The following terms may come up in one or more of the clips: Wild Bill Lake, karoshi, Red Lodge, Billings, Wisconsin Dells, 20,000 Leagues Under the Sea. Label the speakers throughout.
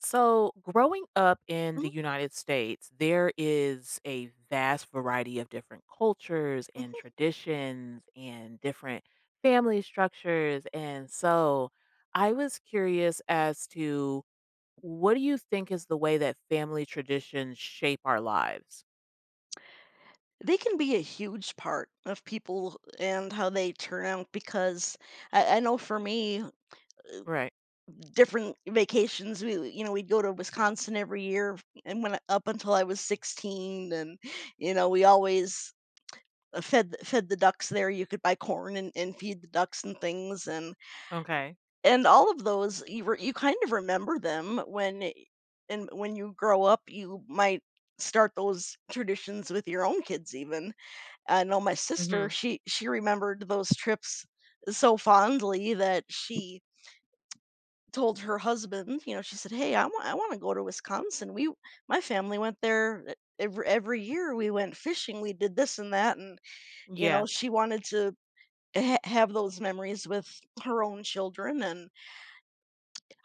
Speaker 1: So, growing up in
Speaker 2: Mhm,
Speaker 1: the United States, there is a vast variety of different cultures and
Speaker 2: mhm.
Speaker 1: traditions and different family structures. And so, I was curious as to what do you think is the way that family traditions shape our lives?
Speaker 2: They can be a huge part of people and how they turn out because I know for me,
Speaker 1: Right.
Speaker 2: different vacations. We'd go to Wisconsin every year, and up until I was 16, and we always fed the ducks there. You could buy corn and feed the ducks and things, and
Speaker 1: Okay.
Speaker 2: and all of those, you kind of remember them. And when you grow up, you might start those traditions with your own kids even. I know my sister,
Speaker 1: Mhm.
Speaker 2: she remembered those trips so fondly that she told her husband, she said, "Hey, I want to go to Wisconsin. We My family went there every year. We went fishing. We did this and that, and
Speaker 1: Yeah.
Speaker 2: she wanted to." Have those memories with her own children, and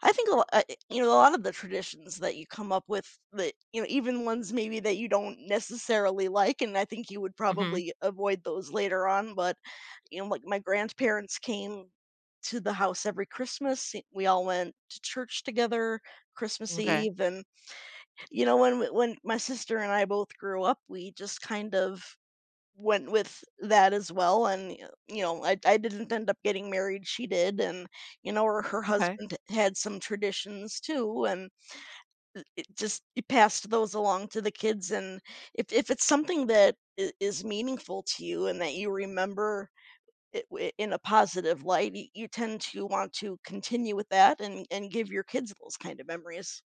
Speaker 2: I think a lo- eh, you know a lot of the traditions that you come up with, that even ones maybe that you don't necessarily like, and I think you would
Speaker 1: Mhm.
Speaker 2: probably avoid those later on, but like my grandparents came to the house every Christmas. We all went to church together Christmas
Speaker 1: Okay.
Speaker 2: Eve, and when my sister and I both grew up, we just kind of went with that as well. And I didn't end up getting married; she did, and her
Speaker 1: Okay.
Speaker 2: husband had some traditions too, and it passed those along to the kids. And if it's something that is meaningful to you and that you remember it w in a positive light, you tend to want to continue with that and give your kids those kind of memories.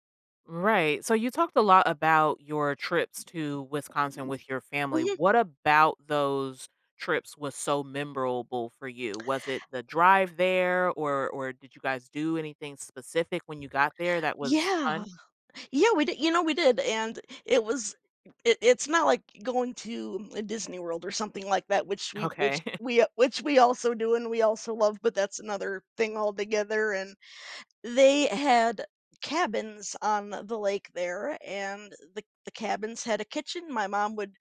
Speaker 1: Right. So you talked a lot about your trips to Wisconsin with your family.
Speaker 2: Mhm.
Speaker 1: What about those trips was so memorable for you? Was it the drive there or did you guys do anything specific when you got there that was
Speaker 2: Yeah.
Speaker 1: fun?
Speaker 2: Yeah, we did, and it was it's not like going to a Disney World or something like that, which we which
Speaker 1: Okay.
Speaker 2: we a which we also do and we also love, but that's another thing altogether, and they had cabins on the lake there, and the cabins had a kitchen. My mom would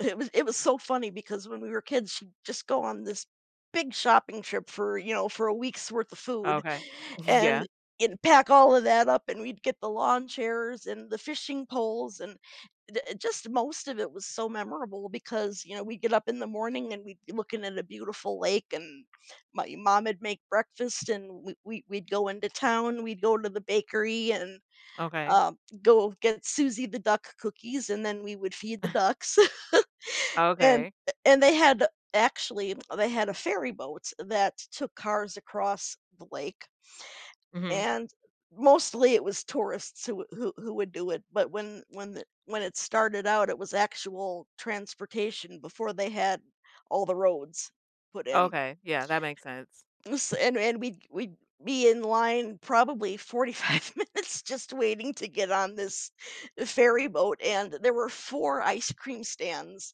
Speaker 2: It was so funny because when we were kids, she'd just go on this big shopping trip for a week's worth of food,
Speaker 1: Okay.
Speaker 2: and
Speaker 1: Yeah.
Speaker 2: and pack all of that up, and we'd get the lawn chairs and the fishing poles, and just most of it was so memorable because we'd get up in the morning and we'd be looking at a beautiful lake, and my mom would make breakfast, and we'd go into town. We'd go to the bakery and
Speaker 1: Okay.
Speaker 2: um, go get Susie the duck cookies, and then we would feed the ducks. and
Speaker 1: Okay.
Speaker 2: and they had actually, they had a ferry boat that took cars across the lake,
Speaker 1: Mhm.
Speaker 2: and mostly it was tourists who would do it, but when it started out, it was actual transportation before they had all the roads put in.
Speaker 1: Okay. Yeah, that makes sense.
Speaker 2: S And we'd be in line probably 45 minutes just waiting to get on this ferry boat, and there were 4 ice cream stands,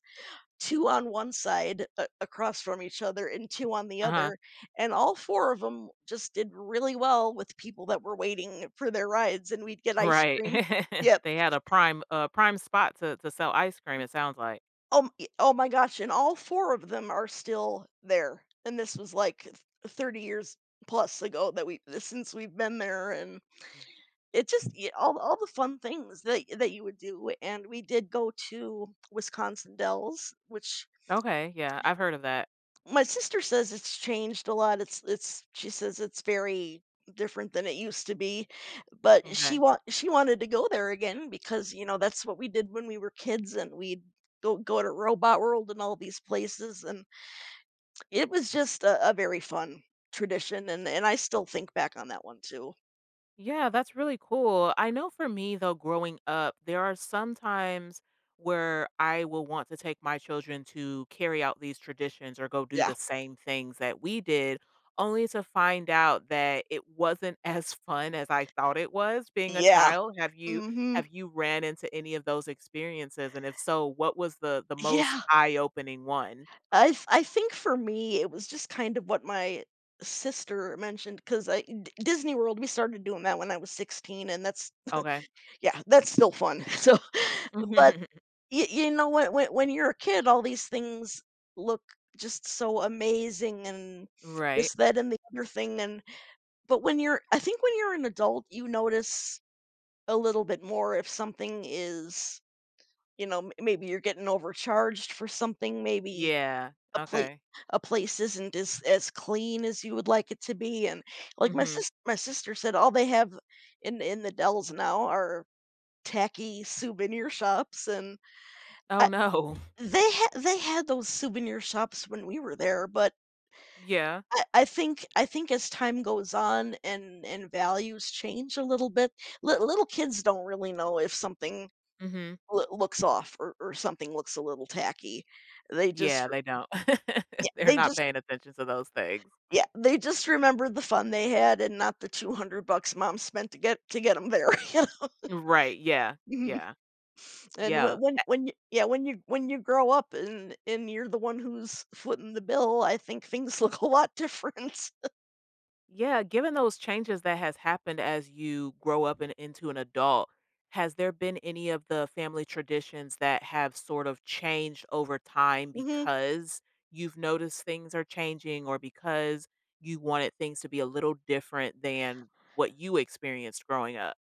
Speaker 2: 2 on one side a across from each other and 2 on the
Speaker 1: Uh-huh.
Speaker 2: other, and all 4 of them just did really well with people that were waiting for their rides, and we'd get ice
Speaker 1: Right.
Speaker 2: cream. Yep.
Speaker 1: They had a prime prime spot to sell ice cream, it sounds like.
Speaker 2: Oh m y oh my gosh, and all 4 of them are still there, and this was, like, th 30 years plus ago that we since we've been there, and it just y all the fun things that you would do. And we did go to Wisconsin Dells, which
Speaker 1: Okay, yeah, I've heard of that.
Speaker 2: My sister says it's changed a lot. It's she says it's very different than it used to be, but she
Speaker 1: Okay.
Speaker 2: want she wanted to go there again because, that's what we did when we were kids, and we'd go to Robot World and all these places, and it was just a very fun tradition, and I still think back on that one too.
Speaker 1: Yeah, that's really cool. I know for me, though, growing up, there are some times where I will want to take my children to carry out these traditions or go do
Speaker 2: Yeah.
Speaker 1: the same things that we did, only to find out that it wasn't as fun as I thought it was being a
Speaker 2: Yeah.
Speaker 1: child. Have you
Speaker 2: Mhm.
Speaker 1: have you ran into any of those experiences? And if so, what was the most
Speaker 2: Yeah.
Speaker 1: eye-opening one?
Speaker 2: I think for me, it was just kind of what my sister mentioned because I D Disney World, we started doing that when I was 16, and that's
Speaker 1: Okay.
Speaker 2: yeah, that's still fun. So, but y you know what, when you're a kid, all these things look just so amazing and
Speaker 1: Right.
Speaker 2: this, that, and the other thing, and but when you're I think when you're an adult, you notice a little bit more if something is, you know, m maybe you're getting overcharged for something, maybe
Speaker 1: Yeah.
Speaker 2: a pla
Speaker 1: Okay.
Speaker 2: a place isn't as clean as you would like it to be, and, like, my
Speaker 1: Mhm.
Speaker 2: sis my sister said all they have in the Dells now are tacky souvenir shops, and
Speaker 1: Oh
Speaker 2: I
Speaker 1: no.
Speaker 2: they had those souvenir shops when we were there, but
Speaker 1: Yeah.
Speaker 2: I think as time goes on and values change a little bit, little kids don't really know if something
Speaker 1: Mhm.
Speaker 2: looks off or something looks a little tacky. They just
Speaker 1: Yeah, they don't.
Speaker 2: yeah,
Speaker 1: They're
Speaker 2: they
Speaker 1: not
Speaker 2: just
Speaker 1: paying attention to those things.
Speaker 2: Yeah, they just remembered the fun they had and not the 200 bucks mom spent to get them there, you know?
Speaker 1: Right, yeah,
Speaker 2: Mhm.
Speaker 1: yeah,
Speaker 2: And
Speaker 1: yeah.
Speaker 2: when you yeah, when you grow up and you're the one who's footing the bill, I think things look a lot different.
Speaker 1: Yeah, given those changes that has happened as you grow up and into an adult, has there been any of the family traditions that have sort of changed over time
Speaker 2: Mhm.
Speaker 1: because you've noticed things are changing or because you wanted things to be a little different than what you experienced growing up?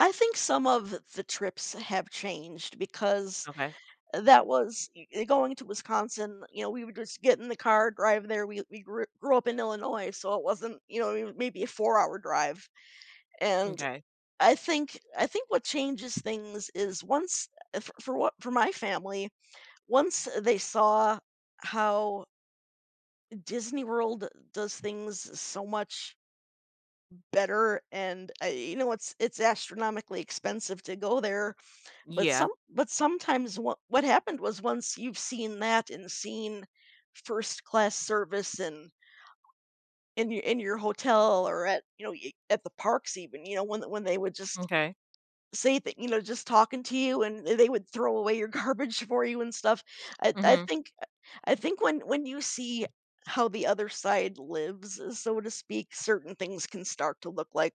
Speaker 2: I think some of the trips have changed because
Speaker 1: Okay,
Speaker 2: that was y going to Wisconsin, we would just get in the car, drive there. We grew up in Illinois, so it wasn't, maybe a 4-hour drive, and
Speaker 1: okay.
Speaker 2: I think what changes things is once for my family, once they saw how Disney World does things so much better, and it's astronomically expensive to go there, but
Speaker 1: Yeah,
Speaker 2: some but sometimes what happened was once you've seen that and seen first class service and in your hotel or at the parks, even when they would just
Speaker 1: okay.
Speaker 2: say that, just talking to you, and they would throw away your garbage for you and stuff. I I
Speaker 1: Mhm.
Speaker 2: think I think when you see how the other side lives, so to speak, certain things can start to look like,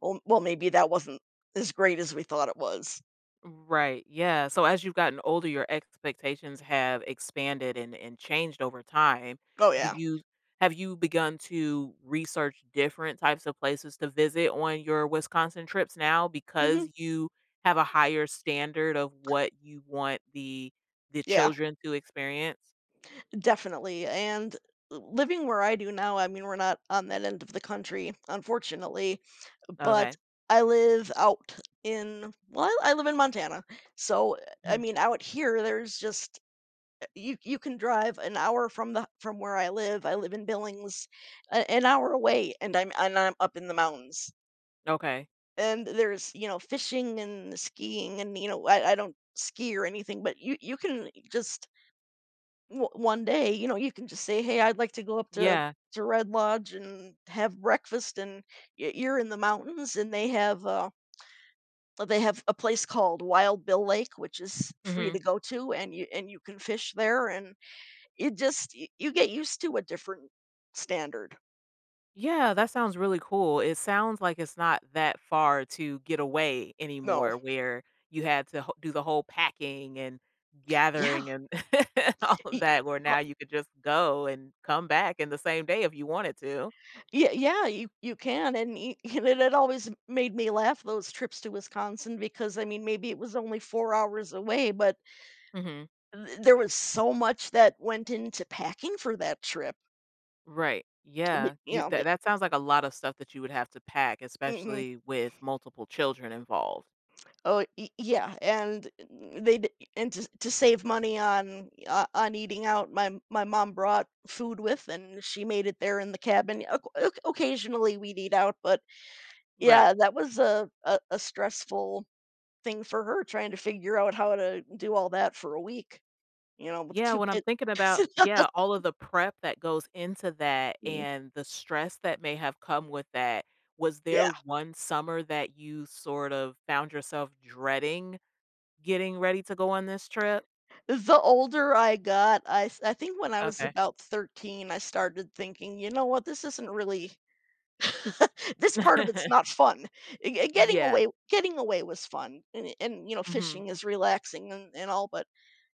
Speaker 2: "Well, maybe that wasn't as great as we thought it was."
Speaker 1: Right. Yeah. So as you've gotten older, your expectations have expanded and changed over time.
Speaker 2: Oh,
Speaker 1: Do
Speaker 2: yeah.
Speaker 1: you have you begun to research different types of places to visit on your Wisconsin trips now
Speaker 2: Mhm.
Speaker 1: because you have a higher standard of what you want the
Speaker 2: Yeah,
Speaker 1: children to experience?
Speaker 2: definitely, and living where I do now, I mean, we're not on that end of the country, unfortunately. But
Speaker 1: Okay.
Speaker 2: I live out in well, I live in Montana. So, I
Speaker 1: Mhm.
Speaker 2: mean, out here there's just you can drive an hour from where I live. I live in Billings, an hour away, and I'm up in the mountains.
Speaker 1: Okay.
Speaker 2: And there's, fishing and skiing, and I don't ski or anything, but you can just one day, you can just say, "Hey, I'd like to go up to
Speaker 1: Yeah.
Speaker 2: to Red Lodge and have breakfast," and you're in the mountains, and they have a place called Wild Bill Lake, which is free
Speaker 1: Mhm.
Speaker 2: to go to, and you can fish there, and you get used to a different standard.
Speaker 1: Yeah, that sounds really cool. It sounds like it's not that far to get away
Speaker 2: No,
Speaker 1: anymore where you had to do the whole packing and
Speaker 2: yeah,
Speaker 1: gathering and all of
Speaker 2: y-
Speaker 1: that, where
Speaker 2: uh,
Speaker 1: now you could just go and come back in the same day if you wanted to.
Speaker 2: yeah, yeah. You can, and it always made me laugh, those trips to Wisconsin, because I mean maybe it was only 4 hours away, but
Speaker 1: Hmm.
Speaker 2: there was so much that went into packing for that trip.
Speaker 1: Right.
Speaker 2: I mean,
Speaker 1: Yeah. You that that sounds like a lot of stuff that you would have to pack,
Speaker 2: Mhm.
Speaker 1: especially with multiple children involved.
Speaker 2: Oh, y yeah, and they d and to save money on eating out, my mom brought food with, and she made it there in the cabin. Yeah, Oc oc occasionally, we'd eat out, but
Speaker 1: Right.
Speaker 2: yeah, that was a stressful thing for her trying to figure out how to do all that for a week, with
Speaker 1: Yeah,
Speaker 2: two
Speaker 1: when I'm
Speaker 2: kids.
Speaker 1: thinking about, yeah, all of the prep that goes into that and the stress that may have come with that, was there
Speaker 2: Yeah.
Speaker 1: one summer that you sort of found yourself dreading getting ready to go on this trip?
Speaker 2: The older I got, I think when I was
Speaker 1: Okay.
Speaker 2: about 13, I started thinking, "You know what? This isn't really, this part of it's not fun. Eh, ge
Speaker 1: Yeah.
Speaker 2: getting away was fun, and
Speaker 1: Mhm.
Speaker 2: fishing is relaxing and all, but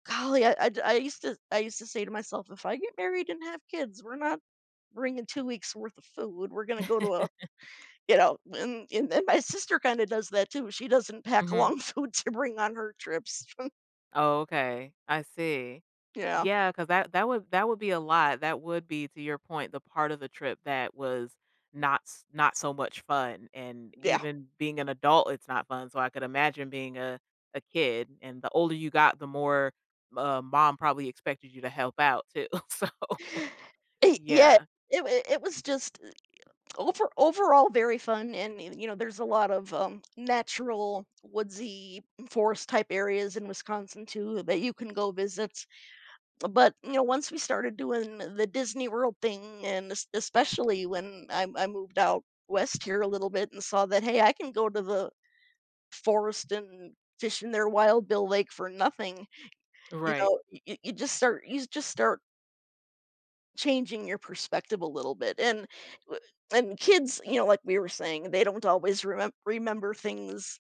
Speaker 2: golly, I used to say to myself, 'If I get married and have kids, we're not bringing 2 weeks' worth of food. We're gonna
Speaker 1: Mhm.
Speaker 2: go to a,'" and my sister kinda does that too. She doesn't pack along food to bring on her trips.
Speaker 1: Oh, okay. I see.
Speaker 2: Yeah,
Speaker 1: Yeah, because that would be a lot. That would be, to your point, the part of the trip that was not so much fun, and
Speaker 2: yeah.
Speaker 1: even being an adult, it's not fun, so I could imagine being a kid, and the older you got, the more, mom probably expected you to help out too, so
Speaker 2: Eh, yeah,
Speaker 1: Yeah.
Speaker 2: it was just overall very fun. And, y you know, there's a lot of, natural, woodsy, forest type areas in Wisconsin too that you can go visit, but, you know, once we started doing the Disney World thing, and es especially when I moved out west here a little bit and saw that, "Hey, I can go to the forest and fish in their wild bill lake for nothing," you
Speaker 1: Right.
Speaker 2: know, y you just start changing your perspective a little bit, and w and kids, you know, like we were saying, they don't always remember things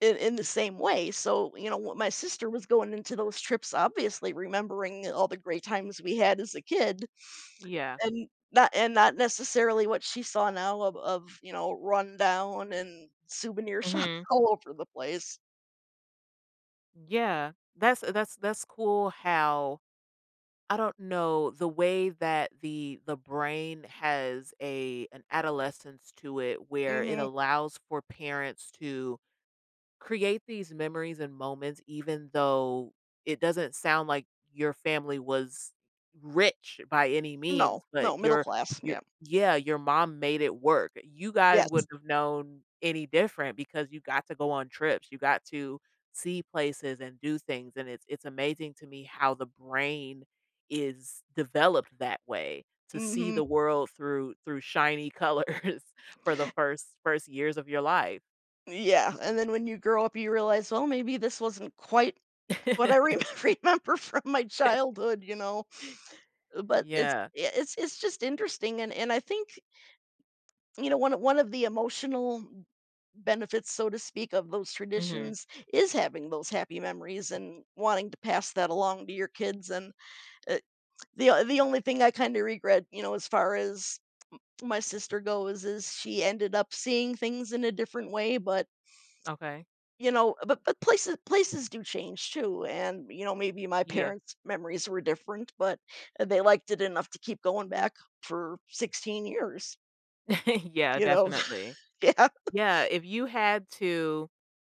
Speaker 2: in the same way. So, you know, my sister was going into those trips obviously remembering all the great times we had as a kid,
Speaker 1: Yeah.
Speaker 2: and not necessarily what she saw now of, you know, rundown and souvenir shops
Speaker 1: Mhm.
Speaker 2: all over the place.
Speaker 1: Yeah. that's cool how I don't know, the way that the brain has a an adolescence to it where it
Speaker 2: Mhm.
Speaker 1: allows for parents to create these memories and moments even though it doesn't sound like your family was rich by any
Speaker 2: No,
Speaker 1: means, but
Speaker 2: no, middle
Speaker 1: your
Speaker 2: class,
Speaker 1: your
Speaker 2: yeah.
Speaker 1: yeah, your mom made it work. You guys
Speaker 2: Yes.
Speaker 1: wouldn't have known any different because you got to go on trips. You got to see places and do things and it's amazing to me how the brain is developed that way to see the
Speaker 2: Mhm.
Speaker 1: world through shiny colors for the first years of your life.
Speaker 2: Yeah, and then when you grow up, you realize, well, maybe this wasn't quite what I rem remember from my childhood, you know, but it's
Speaker 1: Yeah.
Speaker 2: yeah, it's just interesting. And I think, you know, one of the emotional benefits, so to speak, of those
Speaker 1: Mhm.
Speaker 2: traditions is having those happy memories and wanting to pass that along to your kids. And, uh, the o the only thing I kinda regret, you know, as far as my sister goes is she ended up seeing things in a different way. But
Speaker 1: Okay.
Speaker 2: you know, but places do change too, and, you know, maybe my
Speaker 1: Yeah.
Speaker 2: parents' memories were different, but they liked it enough to keep going back for 16 years,
Speaker 1: Yeah,
Speaker 2: you know?
Speaker 1: definitely.
Speaker 2: Yeah.
Speaker 1: Yeah, if you had to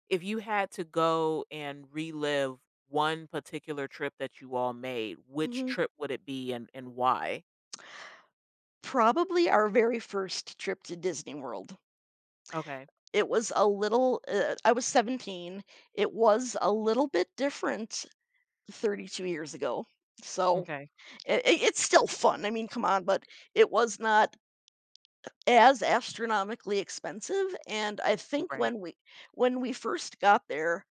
Speaker 1: if you had to go and relive one particular trip that you all made, which
Speaker 2: Mhm.
Speaker 1: trip would it be and why?
Speaker 2: Probably our very first trip to Disney World.
Speaker 1: Okay.
Speaker 2: It was a little I was 17. It was a little bit different 32 years ago, so,
Speaker 1: Okay.
Speaker 2: I it's still fun, I mean, come on, but it was not as astronomically expensive. And I think
Speaker 1: Right.
Speaker 2: when we first got there,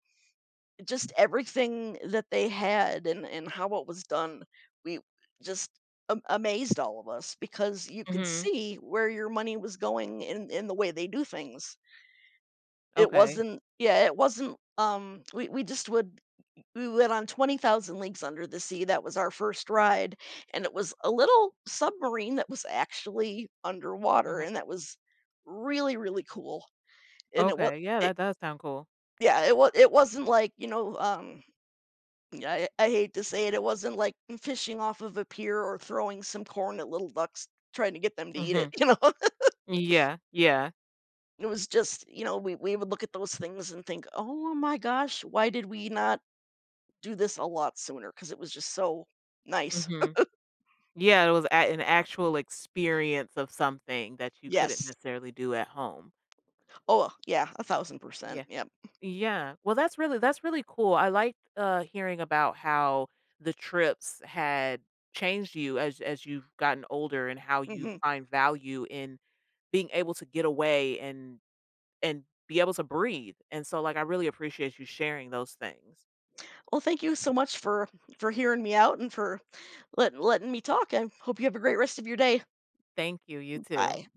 Speaker 2: just everything that they had and how it was done, we just am amazed all of us, because you could
Speaker 1: Mhm.
Speaker 2: see where your money was going in the way they do things. It
Speaker 1: Okay.
Speaker 2: wasn't yeah, it wasn't. We just would we went on 20,000 Leagues Under the Sea. That was our first ride, and it was a little submarine that was actually underwater,
Speaker 1: Okay.
Speaker 2: and that was really, really cool. And it was,
Speaker 1: Okay. Yeah,
Speaker 2: it
Speaker 1: that does sound cool.
Speaker 2: yeah, it was. It wasn't like, you know, yeah, I hate to say it, it wasn't like fishing off of a pier or throwing some corn at little ducks trying to get them to eat it,
Speaker 1: Mhm.
Speaker 2: you know?
Speaker 1: Yeah. Yeah.
Speaker 2: It was just, you know, we would look at those things and think, "Oh my gosh, why did we not do this a lot sooner? Because it was just so nice."
Speaker 1: Mhm. Yeah, it was a an actual experience of something that you couldn't
Speaker 2: Yes.
Speaker 1: necessarily do at home.
Speaker 2: Oh, well, yeah, 1,000%,
Speaker 1: Yeah.
Speaker 2: yep,
Speaker 1: Yeah. Well, that's really cool. I liked hearing about how the trips had changed you as you've gotten older and how you
Speaker 2: mhm.
Speaker 1: find value in being able to get away and be able to breathe. And so like I really appreciate you sharing those things.
Speaker 2: Well, thank you so much for hearing me out and for letting me talk. I hope you have a great rest of your day.
Speaker 1: Thank you. You too.
Speaker 2: Bye.